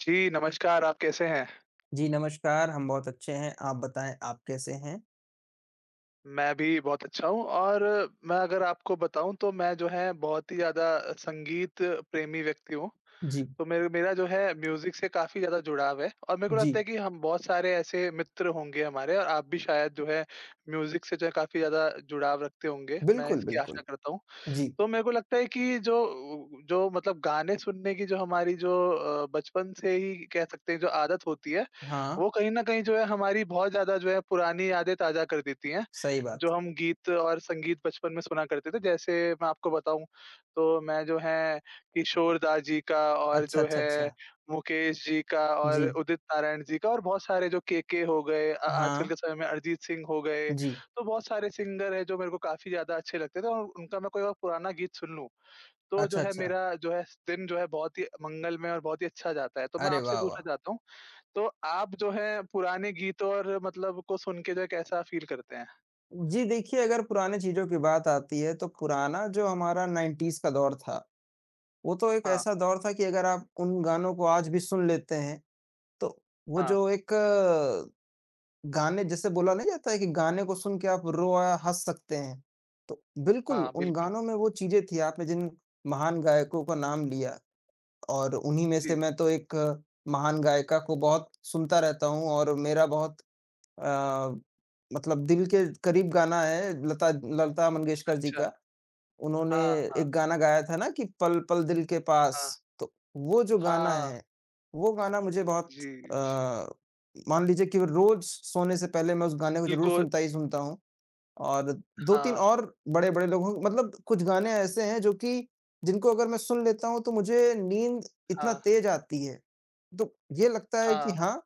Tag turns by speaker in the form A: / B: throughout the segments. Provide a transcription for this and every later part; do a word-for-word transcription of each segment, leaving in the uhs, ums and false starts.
A: जी, नमस्कार, आप कैसे हैं?
B: जी, नमस्कार, हम बहुत अच्छे हैं, आप बताएँ आप कैसे हैं?
A: मैं भी बहुत अच्छा हूँ और मैं अगर आपको बताऊँ तो मैं जो है बहुत ही ज़्यादा अ, संगीत प्रेमी व्यक्ति हूँ।
B: जी,
A: तो मेरे मेरा जो है म्यूज़िक से काफ़ी ज़्यादा जुड़ाव है और मेरे को लगता
B: जी,
A: है कि हम बहुत सारे ऐसे मित्र होंगे हमारे और आप भी शायद जो है म्यूज़िक से जो है काफ़ी ज़्यादा जुड़ाव रखते होंगे, मैं
B: बिल्कुल,
A: इसकी
B: बिल्कुल।
A: आशा करता हूँ।
B: जी,
A: तो मेरे को लगता है कि जो जो मतलब गाने सुनने की जो हमारी जो अ, बचपन से ही कह सकते हैं जो आदत होती है,
B: हाँ,
A: वो कहीं न कहीं जो है हमारी बहुत ज़्यादा जो है पुरानी यादें ताज़ा कर देती हैं।
B: सही
A: जो
B: बात।
A: हम गीत और संगीत बचपन में सुना करते थे जैसे मैं आपको बताऊँ, तो मैं जो है किशोर दा जी का और
B: अच्छा,
A: जो
B: अच्छा,
A: है
B: अच्छा।
A: मुकेश जी का और
B: जी,
A: उदित नारायण जी का और बहुत सारे जो केके हो गए, अ, आजकल
B: हाँ,
A: के समय में अरिजीत सिंह हो गए।
B: जी।
A: तो बहुत सारे सिंगर हैं जो मेरे को काफ़ी ज़्यादा अच्छे लगते थे और उनका मैं कोई और पुराना गीत सुन लूँ, तो जो
B: अच्छा,
A: है
B: अच्छा।
A: मेरा जो है दिन जो है बहुत ही मंगलमय और बहुत ही अच्छा जाता है। तो मैं
B: अरे
A: आपसे
B: वाह,
A: पूछना
B: वाह!
A: चाहता हूँ, तो आप जो है पुराने गीत और मतलब को सुन के जो है कैसा फ़ील करते हैं?
B: जी, देखिए अगर पुराने चीज़ों की बात आती है तो पुराना जो हमारा नाइंटीज़ का दौर था, वो तो एक
A: हाँ,
B: ऐसा दौर था कि अगर आप उन गानों को आज भी सुन लेते हैं, तो वो
A: हाँ,
B: जो एक गाने जैसे बोला नहीं जाता है कि गाने को सुन के आप रो या हँस सकते हैं। तो बिल्कुल,
A: हाँ,
B: उन
A: बिल्कुल।
B: गानों में वो चीज़ें थी आपने जिन महान गायकों का नाम लिया और उन्हीं में से
A: जी,
B: मैं तो एक महान गायिका को बहुत सुनता रहता हूँ और मेरा बहुत अ, मतलब दिल के करीब गाना है लता लता मंगेशकर जी
A: अच्छा।
B: का। उन्होंने
A: हाँ, हाँ,
B: एक गाना गाया था ना कि पल पल दिल के
A: हाँ,
B: पास, तो वो जो गाना
A: हाँ,
B: है, वो गाना मुझे बहुत
A: जी।
B: अ, मान लीजिए कि रोज़ सोने से पहले मैं उस गाने को ज़रूर
A: बिल्कुल,
B: सुनता ही सुनता हूँ। और दो तीन
A: हाँ,
B: और बड़े-बड़े लोगों मतलब कुछ गाने ऐसे हैं जो कि जिनको अगर मैं सुन लेता हूँ तो मुझे नींद इतना
A: हाँ,
B: तेज़ आती है। तो ये लगता है कि
A: हाँ,
B: हाँ,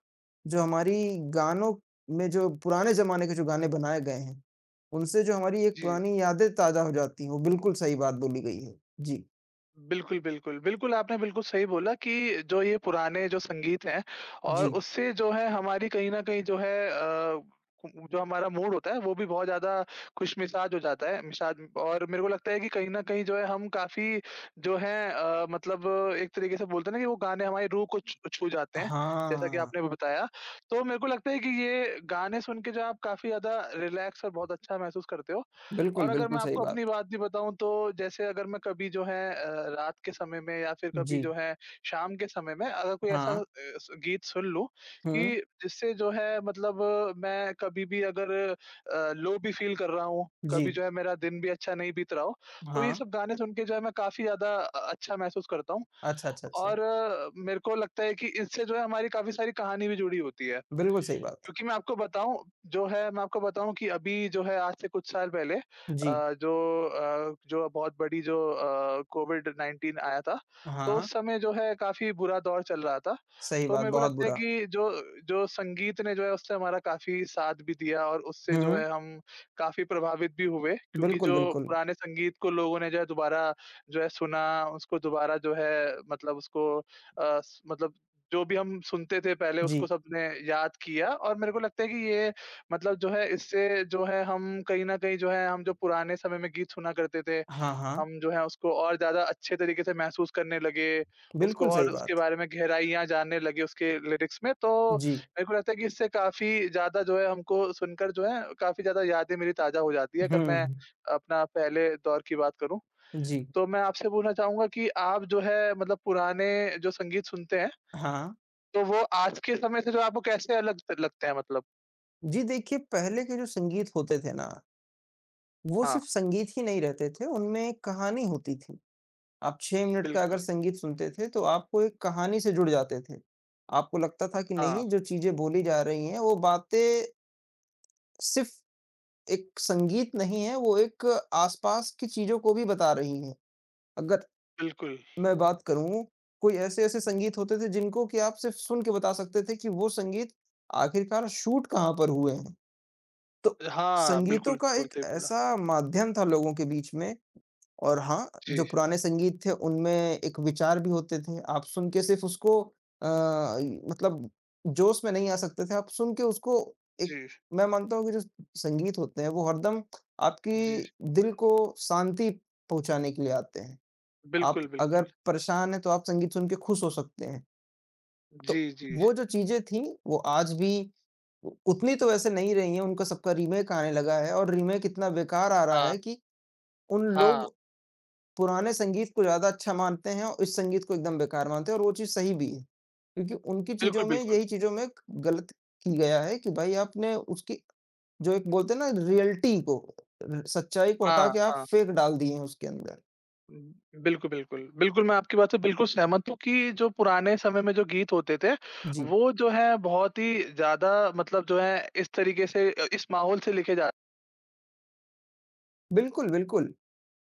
B: जो हमारी गानों में जो पुराने ज़माने के जो गाने बनाए गए हैं, उनसे जो हमारी एक
A: जी।
B: पुरानी यादें ताज़ा हो जाती हैं, वो बिल्कुल सही बात बोली गई है। जी,
A: बिल्कुल, बिल्कुल। बिल्कुल, आपने बिल्कुल सही बोला कि जो ये पुराने जो संगीत हैं और
B: जी।
A: उससे जो है हमारी कहीं न कहीं जो है अ, कु- जो हमारा मूड होता है वो भी बहुत ज़्यादा खुशमिजाज हो जाता है मिजाज। और मेरे को लगता है कि कहीं न कहीं जो है हम काफ़ी जो है अ, मतलब एक तरीके से बोलते हैं ना कि वो गाने हमारी रूह को छू छू जाते हैं, जैसा कि
B: हाँ,
A: आपने बताया। तो मेरे को लगता है कि ये गाने सुन के जो आप काफ़ी ज़्यादा रिलैक्स और बहुत अच्छा महसूस करते हो।
B: बिल्कुल,
A: और अगर
B: बिल्कुल
A: मैं
B: सही
A: आपको
B: बात।
A: अपनी बात भी बताऊँ तो जैसे अगर मैं कभी जो है अ, रात के समय में या फिर कभी
B: जी,
A: जो है शाम के समय में अगर कोई ऐसा
B: हाँ,
A: अ, स गीत सुन लूँ
B: हुँ,
A: कि जिससे जो है मतलब, अ, मैं कभी भी अगर अ, लो भी फ़ील कर रहा हूँ,
B: जी,
A: कभी जो है मेरा दिन भी अच्छा नहीं बीत रहा हो, तो ये
B: हाँ।
A: सब गाने सुन के जो है मैं काफ़ी ज़्यादा अ, अच्छा महसूस करता हूँ।
B: अच्छा, अच्छा, अच्छा।
A: और अ, मेरे को लगता है कि इससे जो है हमारी काफ़ी सारी कहानी भी जुड़ी होती है।
B: बिल्कुल सही बात।
A: क्योंकि मैं आपको बताऊँ जो है मैं आपको बताऊँ कि अभी जो है आज से कुछ साल पहले अ,
B: जी,
A: जो अ, जो बहुत बड़ी जो अ, कोविड-नाइनटीन आया था, तो
B: हाँ।
A: उस समय जो है काफ़ी बुरा दौर चल रहा था।
B: सही
A: तो
B: बात,
A: मेरे को
B: बहुत
A: लगता है
B: बुरा।
A: कि जो जो संगीत ने जो है उससे हमारा काफ़ी साथ भी दिया और उससे जो है
B: हुँ,
A: हम काफ़ी प्रभावित भी हुए, क्योंकि
B: बिल्कुल,
A: जो
B: बिल्कुल।
A: पुराने संगीत को लोगों ने जो है दोबारा जो है सुना, उसको दोबारा जो है मतलब उसको, अ, स मतलब जो भी हम सुनते थे पहले उसको
B: जी।
A: सबने याद किया। और मेरे को लगता है कि ये मतलब जो है इससे जो है हम कहीं न कहीं जो है हम जो पुराने समय में गीत सुना करते थे,
B: हाँ, हाँ,
A: हम जो है उसको और ज़्यादा अच्छे तरीके से महसूस करने लगे, उसको
B: बिल्कुल सही
A: और उसके
B: बात।
A: बारे में गहराइयाँ जानने लगे उसके लिरिक्स में। तो
B: जी।
A: मेरे को लगता है कि इससे काफ़ी ज़्यादा जो है हमको सुनकर जो है काफ़ी ज़्यादा यादें मेरी ताज़ा हो जाती है अगर मैं
B: हुँ,
A: अपना पहले दौर की बात करूँ।
B: जी।
A: तो मैं आपसे पूछना चाहूँगा कि आप जो है मतलब पुराने जो संगीत सुनते हैं
B: हाँ।
A: तो वो आज के समय से जो आपको कैसे अलग त लगते हैं मतलब?
B: जी, देखिए पहले के जो संगीत होते थे ना, वो
A: हाँ,
B: सिर्फ़ संगीत ही नहीं रहते थे, उनमें एक कहानी होती थी। आप छह मिनट का
A: बिल्कुल।
B: अगर संगीत सुनते थे तो आपको एक कहानी से जुड़ जाते थे। आपको लगता था कि
A: हाँ,
B: नहीं जो चीज़ें बोली जा रही हैं वो बातें सिर्फ़ एक संगीत नहीं है, वो एक आस-पास की चीज़ों को भी बता रही हैं। अगर
A: बिल्कुल।
B: मैं बात करूँ, कोई ऐसे-ऐसे संगीत होते थे जिनको कि आप सिर्फ़ सुन के बता सकते थे कि वो संगीत आखिरकार शूट कहाँ पर हुए हैं। तो
A: हाँ, बिल्कुल,
B: संगीतों का
A: बिल्कुल,
B: एक
A: सही बोला।
B: ऐसा माध्यम था लोगों के बीच में और हाँ,
A: जी,
B: जो पुराने संगीत थे उनमें एक विचार भी होते थे। आप सुन के सिर्फ़ उसको अ, मतलब जोश में नहीं आ सकते थे, आप सुन के उसको एक
A: जी,
B: मैं मानता हूँ कि जो संगीत होते हैं वो हरदम
A: जी।
B: आपकी दिल को शांति पहुँचाने के लिए आते हैं। आप
A: बिल्कुल,
B: अगर
A: बिल्कुल।
B: परेशान हैं तो आप संगीत सुन के खुश हो सकते हैं।
A: जी,
B: तो
A: जी।
B: वो जो चीज़ें थीं वो आज भी उ उतनी तो वैसे नहीं रही हैं, उनका सबका रीमेक आने लगा है और रीमेक इतना बेकार आ रहा
A: हाँ,
B: है कि उन
A: हाँ।
B: लोग पुराने संगीत को ज़्यादा अच्छा मानते हैं और इस संगीत को एकदम बेकार मानते हैं और वो चीज़ सही भी है। क्योंकि उनकी
A: बिल्कुल,
B: चीज़ों में
A: बिल्कुल।
B: यही चीज़ों में क गलत की गया है कि भाई आपने उसकी जो एक बोलते हैं ना रियलिटी को र सच्चाई को हटा
A: हाँ,
B: के आप
A: हाँ।
B: फेक डाल दिए हैं उसके अंदर।
A: उम, बिल्कुल, बिल्कुल। बिल्कुल, मैं आपकी बात से बिल्कुल सहमत हूँ कि जो पुराने समय में जो गीत होते थे,
B: जी।
A: वो जो है बहुत ही ज़्यादा मतलब जो है इस तरीके से, अ, इस माहौल से लिखे जा।
B: बिल्कुल, बिल्कुल।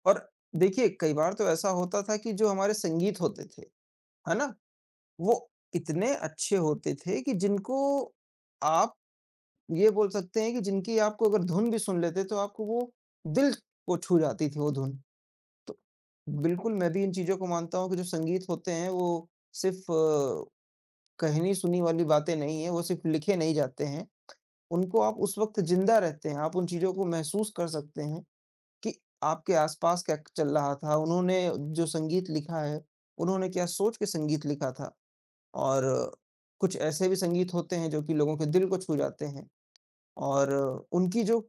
B: और देखिए कई बार तो ऐसा होता था कि जो हमारे संगीत होते थे, है ना? वो इतने अच्छे होते थे कि जिनको आप ये बोल सकते हैं कि जिनकी आपको अगर धुन भी सुन लेते तो आपको वो दिल को छू जाती थी वो धुन। तो बिल्कुल मैं भी इन चीज़ों को मानता हूँ कि जो संगीत होते हैं वो सिर्फ़ कहनी-सुनी वाली बातें नहीं हैं, वो सिर्फ़ लिखे नहीं जाते हैं। उनको आप उस वक़्त ज़िंदा रहते हैं, आप उन चीज़ों को महसूस कर सकते हैं। कि आपके आस-पास क्या चल रहा था, उन्होंने जो संगीत लिखा है, उन्होंने क्या सोच के संगीत लिखा था और कुछ ऐसे भी संगीत होते हैं जो कि लोगों के दिल को छू जाते हैं और उनकी जो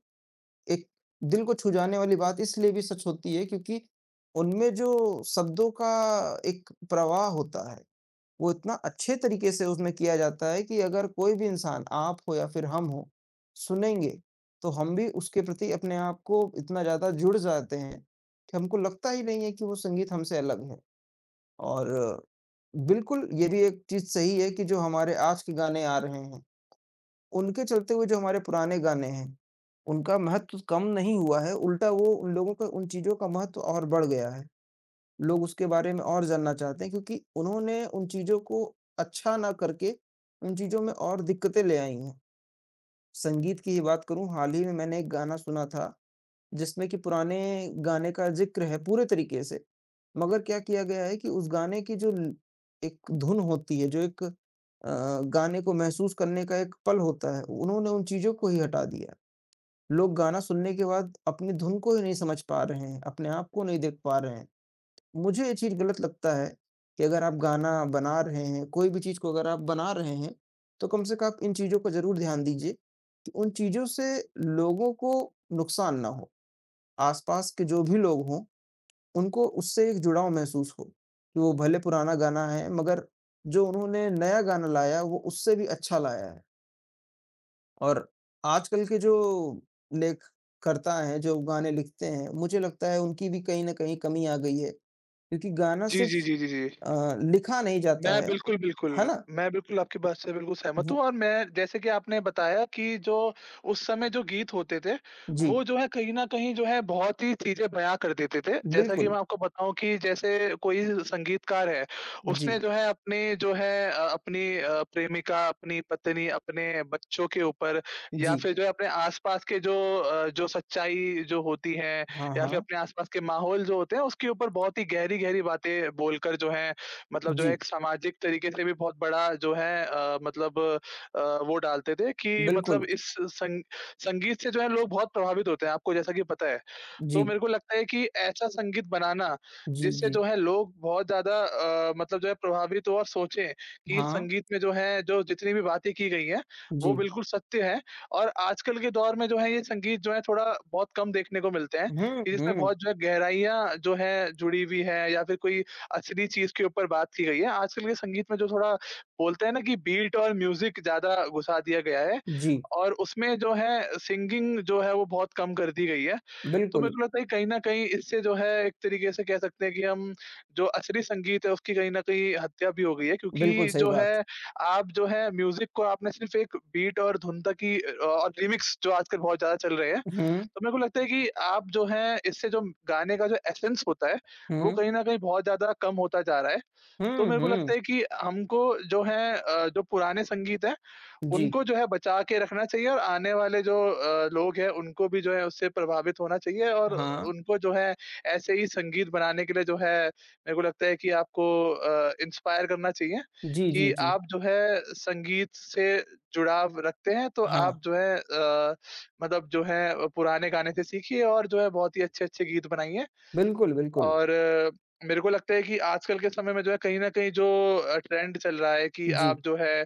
B: एक दिल को छू जाने वाली बात इसलिए भी सच होती है क्योंकि उनमें जो शब्दों का एक प्रवाह होता है वो इतना अच्छे तरीके से उसमें किया जाता है कि अगर कोई भी इंसान, आप हो या फिर हम हों, सुनेंगे, तो हम भी उसके प्रति अपने आप को इतना ज़्यादा जुड़ जाते हैं, कि हमको लगता ही नहीं है कि वो संगीत हमसे अलग है। और बिल्कुल, ये भी एक चीज़ सही है कि जो हमारे आज के गाने आ रहे हैं, उनके चलते हुए जो हमारे पुराने गाने हैं, उनका महत्व कम नहीं हुआ है, उल्टा वो उन लोगों का उन चीज़ों का महत्व और बढ़ गया है। लोग उसके बारे में और जानना चाहते हैं क्योंकि उन्होंने उन चीज़ों को अच्छा ना करके, उन चीज़ों में और दिक्कतें ले आई हैं। संगीत की ही बात करूँ, हाल ही में मैंने एक गाना सुना था, जिसमें कि पुराने गाने का ज़िक्र है पूरे तरीके से। मगर क्या किया गया है कि उस गाने की जो ल एक धुन होती है, जो एक अ, गाने को महसूस करने का एक पल होता है, उन्होंने उन चीज़ों को ही हटा दिया। लोग गाना सुनने के बाद अपनी धुन को ही नहीं समझ पा रहे हैं, अपने आप को नहीं देख पा रहे हैं। मुझे ये चीज़ गलत लगता है कि अगर आप गाना बना रहे हैं, कोई भी चीज़ को अगर आप बना रहे हैं, तो कम से कम आप इन चीज़ों को ज़रूर ध्यान दीजिए कि उन चीज़ों से लोगों को नुकसान ना हो। आस-पास के जो भी लोग हों, उनको उससे एक जुड़ाव महसूस हो कि वो भले पुराना गाना है, मगर जो उन्होंने नया गाना लाया, वो उससे भी अच्छा लाया है। और आजकल के जो लेखकर्ता हैं, जो गाने लिखते हैं, मुझे लगता है उनकी भी कहीं न कहीं कमी आ गई है, क्योंकि गाना
A: जी,
B: सिर्फ़
A: जी, जी, जी, जी।
B: अ, लिखा नहीं
A: मैं
B: जाता है,
A: बिल्कुल, बिल्कुल।
B: है ना?
A: मैं बिल्कुल आपकी बात से बिल्कुल सहमत हूँ
B: वो
A: और मैं जैसे कि आपने बताया कि जो उस समय जो गीत होते थे, वो
B: जी,
A: जो है कहीं न कहीं जो है बहुत ही चीज़ें बयाँ कर देते थे। जैसा कि
B: बिल्कुल।
A: मैं आपको बताऊँ कि जैसे कोई संगीतकार है, उसने
B: जी,
A: जो है अपने जो है अ, अपनी अ, प्रेमिका, अपनी पत्नी, अपने बच्चों के ऊपर या
B: जी।
A: फिर जो है अपने आस-पास के जो अ, जो सच्चाई जो होती है
B: हाँ,
A: या फिर
B: हाँ।
A: अपने आस-पास के माहौल जो होते हैं, उसके ऊपर बहुत ही गहरी-गहरी बातें बोलकर जो है मतलब जो है
B: जी,
A: एक सामाजिक तरीके से भी बहुत बड़ा जो है अ, मतलब अ, वो डालते थे कि मतलब
B: बिल्कुल।
A: इस संग संगीत से जो है लोग बहुत प्रभावित होते हैं, आपको जैसा कि पता है। तो
B: जी,
A: मेरे को लगता है कि ऐसा संगीत बनाना
B: जी,
A: जिससे
B: जी।
A: जो है लोग बहुत ज़्यादा, अ, मतलब जो है प्रभावित हो और सोचें कि इस
B: हाँ,
A: संगीत में जो है जो जितनी भी बातें की गई हैं, वो
B: जी।
A: बिल्कुल सत्य है। और आजकल के दौर में जो है ये संगीत जो है थोड़ा बहुत कम देखने को मिलते हैं
B: हुँ,
A: कि जिसमें
B: हुँ।
A: बहुत जो है गहराइयाँ जो है जुड़ी हुई है या फिर कोई असली चीज़ के ऊपर बात की गई है। आजकल के संगीत में जो थोड़ा बोलते हैं ना कि बीट और म्यूज़िक ज़्यादा घुसा दिया गया है
B: जी,
A: और उसमें जो है सिंगिंग जो है वो बहुत कम कर दी गई है। तो मेरे
B: बिल्कुल।
A: को लगता है कि कहीं न कहीं इससे जो है एक तरीके से कह सकते हैं कि हम जो असली संगीत है उसकी कहीं न कहीं हत्या भी हो गई है, क्योंकि
B: बिल्कुल सही
A: जो
B: बात।
A: है आप जो है म्यूज़िक को आपने सिर्फ़ एक बीट और धुन तक ही, अ, और लिरिक्स जो आजकल बहुत ज़्यादा चल रहे हैं।
B: हुँ,
A: तो मेरे को लगता है कि आप जो हैं इससे जो गाने का जो एसेंस होता है, वो
B: हुँ,
A: कहीं न कहीं बहुत ज़्यादा कम होता जा रहा है। तो
B: हुँ,
A: मेरे को लगता
B: हुँ।
A: है कि हमको जो है, अ, जो पुराने संगीत हैं
B: जी,
A: उनको जो है बचा के रखना चाहिए और आने वाले जो अ, लोग हैं उनको भी जो है उससे प्रभावित होना चाहिए और
B: हाँ।
A: उनको जो है ऐसे ही संगीत बनाने के लिए जो है मेरे को लगता है कि आपको अ, इंस्पायर करना चाहिए
B: जी, जी,
A: कि
B: जी।
A: आप जो है संगीत से जुड़ाव रखते हैं तो
B: हाँ,
A: आप जो है, अ, मतलब जो है पुराने गाने से सीखिए और जो है बहुत ही अच्छे-अच्छे गीत बनाइए।
B: बिल्कुल, बिल्कुल।
A: और अ, मेरे को लगता है कि आजकल के समय में जो है कहीं न कहीं जो अ, ट्रेंड चल रहा है कि
B: जी,
A: आप जो है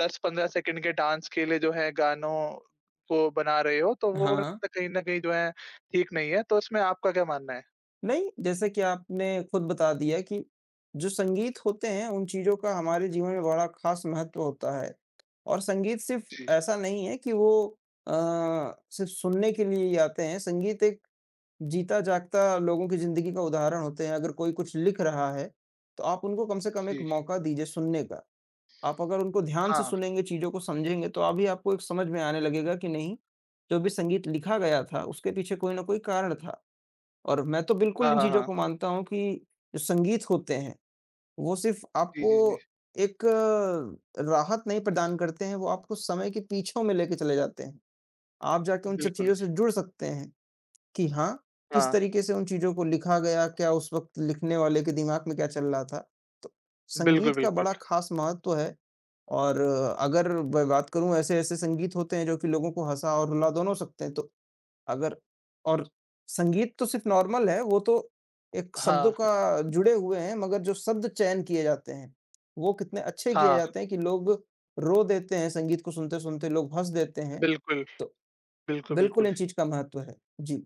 A: दस पंद्रह सेकंड के डांस के लिए जो है गानों को बना रहे हो, तो वो
B: हाँ।
A: मतलब कहीं न कहीं जो है ठीक नहीं है, तो इसमें आपका क्या मानना है?
B: नहीं, जैसे कि आपने खुद बता दिया कि जो संगीत होते हैं, उन चीज़ों का हमारे जीवन में बड़ा ख़ास महत्व होता है। और संगीत सिर्फ़
A: जी,
B: ऐसा नहीं है कि वो अ, सिर्फ़ सुनने के लिए ही आते हैं। संगीत एक जीता-जागता लोगों की ज़िंदगी का उदाहरण होते हैं। अगर कोई कुछ लिख रहा है, तो आप उनको कम से कम एक
A: जी।
B: मौका दीजिए सुनने का। आप अगर उनको ध्यान से
A: हाँ।
B: सुनेंगे, चीज़ों को समझेंगे, तो अभी आपको एक समझ में आने लगेगा कि नहीं, जो भी संगीत लिखा गया था, उसके पीछे कोई न कोई कारण था। और मैं तो बिल्कुल
A: हाँ,
B: इन
A: हाँ,
B: चीज़ों
A: हाँ।
B: को मानता हूँ कि जो संगीत होते हैं, वो सिर्फ़
A: जी,
B: आपको
A: जी, जी।
B: एक अ, राहत नहीं प्रदान करते हैं, वो आपको समय के पीछों में लेके चले जाते हैं। आप जाके उन सब
A: बिल्कुल।
B: चीज़ों से जुड़ सकते हैं कि हाँ, किस
A: हाँ।
B: तरीके से उन चीज़ों को लिखा गया, क्या उस वक़्त लिखने वाले के दिमाग में क्या चल रहा था। तो
A: बिल्कुल,
B: संगीत का
A: बिल्कुल।
B: बड़ा ख़ास महत्व है और अगर मैं बात करूँ ऐसे-ऐसे संगीत होते हैं जो कि लोगों को हँसा और रुला दोनों सकते हैं, तो अगर और संगीत तो सिर्फ़ नॉर्मल है, वो तो एक शब्दों
A: हाँ,
B: का जुड़े हुए हैं, मगर जो शब्द चयन किए जाते हैं, वो कितने अच्छे किए
A: हाँ।
B: जाते हैं कि लोग रो देते हैं संगीत को सुनते-सुनते, लोग हँस देते हैं।
A: बिल्कुल,
B: तो
A: बिल्कुल,
B: बिल्कुल
A: बिल्कुल।
B: इन चीज़ का महत्व है। जी।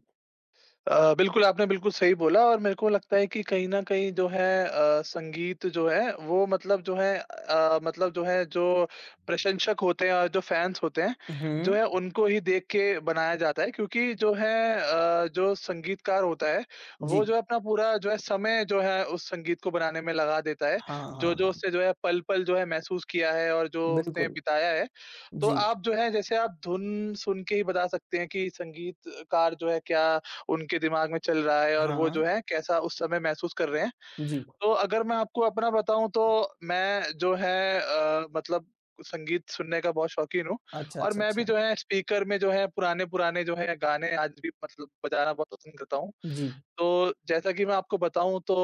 A: अ, बिल्कुल, आपने बिल्कुल सही बोला और मेरे को लगता है कि कहीं न कहीं जो है अ, संगीत जो है वो मतलब जो है अ, मतलब जो है जो प्रशंसक होते हैं और जो फैन्स होते हैं,
B: हुँ।
A: जो है उनको ही देख के बनाया जाता है, क्योंकि जो है अ, जो संगीतकार होता है, वो
B: जी।
A: जो है अपना पूरा जो है समय जो है उस संगीत को बनाने में लगा देता है।
B: हाँ, हाँ,
A: जो-जो
B: हाँ।
A: उसने जो है पल-पल जो है महसूस किया है और जो उसने
B: बिल्कुल।
A: बिताया है, तो
B: जी।
A: आप जो है जैसे आप धुन सुन के ही बता सकते हैं कि संगीतकार जो है क्या उनके दिमाग में चल रहा है और वो
B: हाँ।
A: जो है कैसा उस समय महसूस कर रहे हैं।
B: जी।
A: तो अगर मैं आपको अपना बताऊँ तो मैं जो है, अ, मतलब संगीत सुनने का बहुत शौकीन हूँ
B: अच्छा,
A: और
B: अच्छा,
A: मैं भी
B: अच्छा।
A: जो है स्पीकर में जो है पुराने-पुराने जो है गाने आज भी मतलब बजाना बहुत पसंद करता हूँ।
B: जी।
A: तो जैसा कि मैं आपको बताऊँ तो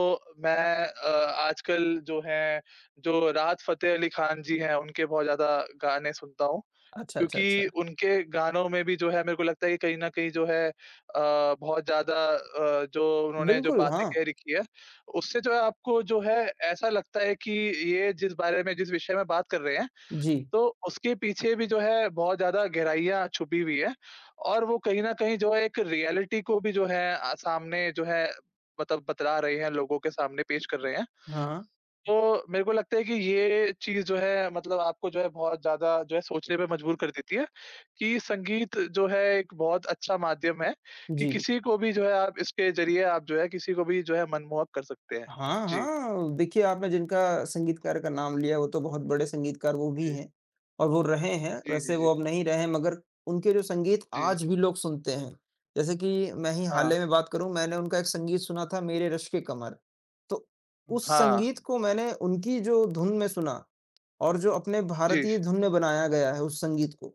A: मैं, अ, आजकल जो है जो राहत फ़तेह अली खान जी हैं उनके बहुत ज़्यादा गाने सुनता हूँ।
B: अच्छा, अच्छा,
A: क्योंकि
B: अच्छा।
A: उनके गानों में भी जो है मेरे को लगता है कि कहीं न कहीं जो है, अ, बहुत ज़्यादा अ, जो उन्होंने जो
B: बिल्कुल,
A: बातें
B: हाँ।
A: कह रखी है, उससे जो है आपको जो है ऐसा लगता है कि ये जिस बारे में जिस विषय में बात कर रहे हैं,
B: जी।
A: तो उसके पीछे भी जो है बहुत ज़्यादा गहराइयाँ छुपी हुई है और वो कहीं न कहीं जो है एक रियलिटी को भी जो है, अ, सामने जो है मतलब बतला रहे हैं, लोगों के सामने पेश कर रहे हैं।
B: हाँ।
A: तो मेरे को लगता है कि ये चीज़ जो है मतलब आपको जो है बहुत ज़्यादा जो है सोचने पे मजबूर कर देती है, कि संगीत जो है एक बहुत अच्छा माध्यम है, कि
B: जी।
A: किसी को भी जो है आप इसके ज़रिए आप जो है किसी को भी जो है मनमोहक कर सकते हैं।
B: हाँ,
A: जी,
B: हाँ। देखिए, आपने जिनका संगीतकार का नाम लिया, वो तो बहुत बड़े संगीतकार वो भी
A: जी।
B: हैं और वो रहे हैं।
A: जी, जी,
B: वैसे
A: जी।
B: वो अब नहीं रहे हैं, मगर उनके जो संगीत
A: जी,
B: आज भी लोग सुनते हैं। जैसे कि मैं ही
A: हाँ।
B: हाल ही में बात करूँ, मैंने उनका एक संगीत सुना था, मेरे रश्क-ए कमर। तो उस
A: हाँ,
B: संगीत को मैंने उनकी जो धुन में सुना और जो अपने
A: जी,
B: भारतीय धुन में बनाया गया है उस संगीत को,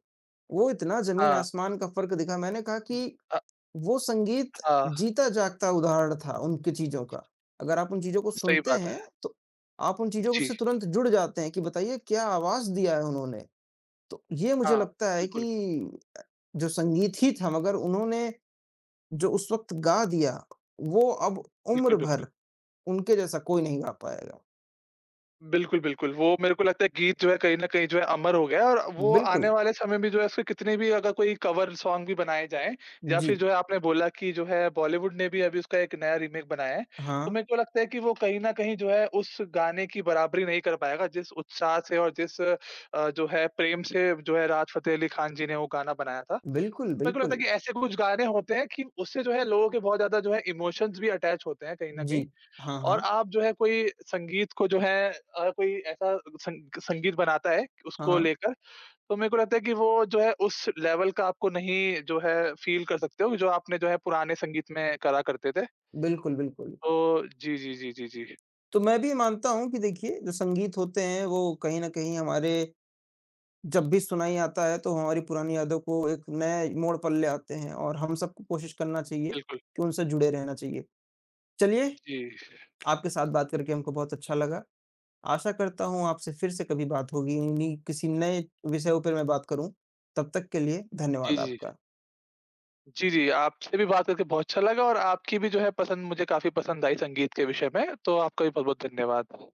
B: वो इतना
A: हाँ।
B: ज़मीन-आसमान का फ़र्क दिखा। मैंने कहा कि
A: अ,
B: वो संगीत
A: हाँ,
B: जीता जागता उदाहरण था उनकी चीज़ों का। अगर आप उन चीज़ों को
A: सही
B: सुनते
A: बात
B: हैं,
A: है।
B: तो आप उन चीज़ों
A: जी,
B: से तुरंत जुड़ जाते हैं कि बताइए क्या आवाज़ दिया है उन्होंने? तो ये मुझे
A: हाँ।
B: लगता है कि
A: बिल्कुल,
B: जो संगीत ही था मगर उन्होंने जो उस वक़्त गा दिया, वो अब
A: बिल्कुल,
B: उम्र
A: बिल्कुल।
B: भर उनके जैसा कोई नहीं गा पाएगा।
A: बिल्कुल, बिल्कुल। वो मेरे को लगता है गीत जो है कहीं न कहीं जो है अमर हो गया है और वो आने
B: बिल्कुल।
A: वाले समय में जो है उसके कितने भी अगर कोई कवर सॉन्ग भी बनाए जाएँ या
B: जी।
A: फिर जो है आपने बोला कि जो है बॉलीवुड ने भी अभी उसका एक नया रीमेक बनाया है। तो
B: हाँ।
A: मेरे को लगता है कि वो कहीं न कहीं जो है उस गाने की बराबरी नहीं कर पाएगा जिस उत्साह से और जिस अ, जो है प्रेम से जो है राहत फ़तेह अली खान जी ने वो गाना बनाया था।
B: बिल्कुल,
A: मेरे को लगता है
B: बिल्कुल।
A: कि ऐसे कुछ गाने होते हैं कि उससे जो है लोगों के बहुत ज़्यादा जो है इमोशंस भी अटैच होते हैं कहीं न
B: जी।
A: कहीं
B: हाँ,
A: और
B: हाँ।
A: आप जो है कोई संगीत को जो है, अ, कोई ऐसा संग संगीत बनाता है,
B: हाँ,
A: उसको
B: हाँ।
A: लेकर, तो मेरे को लगता है कि वो जो है उस लेवल का आपको नहीं जो है फ़ील कर सकते हो, जो आपने जो है पुराने संगीत में करा करते थे।
B: बिल्कुल, बिल्कुल।
A: तो जी, जी, जी, जी, जी।
B: तो मैं भी मानता हूँ कि देखिए जो संगीत होते हैं वो कहीं न कहीं हमारे जब भी सुनाई आता है, तो हमारी पुरानी यादों को एक नए मोड़ पर ले आते हैं और हम सबको कोशिश करना चाहिए
A: बिल्कुल।
B: कि उनसे जुड़े रहना चाहिए। चलिए,
A: जी।
B: आपके साथ बात करके हमको बहुत अच्छा लगा। आशा करता हूँ आपसे फिर से कभी बात होगी, इन्हीं किसी नए विषयों पे मैं बात करूँ। तब तक के लिए
A: जी,
B: धन्यवाद
A: जी।
B: आपका।
A: जी, जी, आपसे भी बात करके बहुत अच्छा लगा और आपकी भी जो है पसंद मुझे काफ़ी पसंद आई संगीत के विषय में, तो आपका भी बहुत-बहुत धन्यवाद।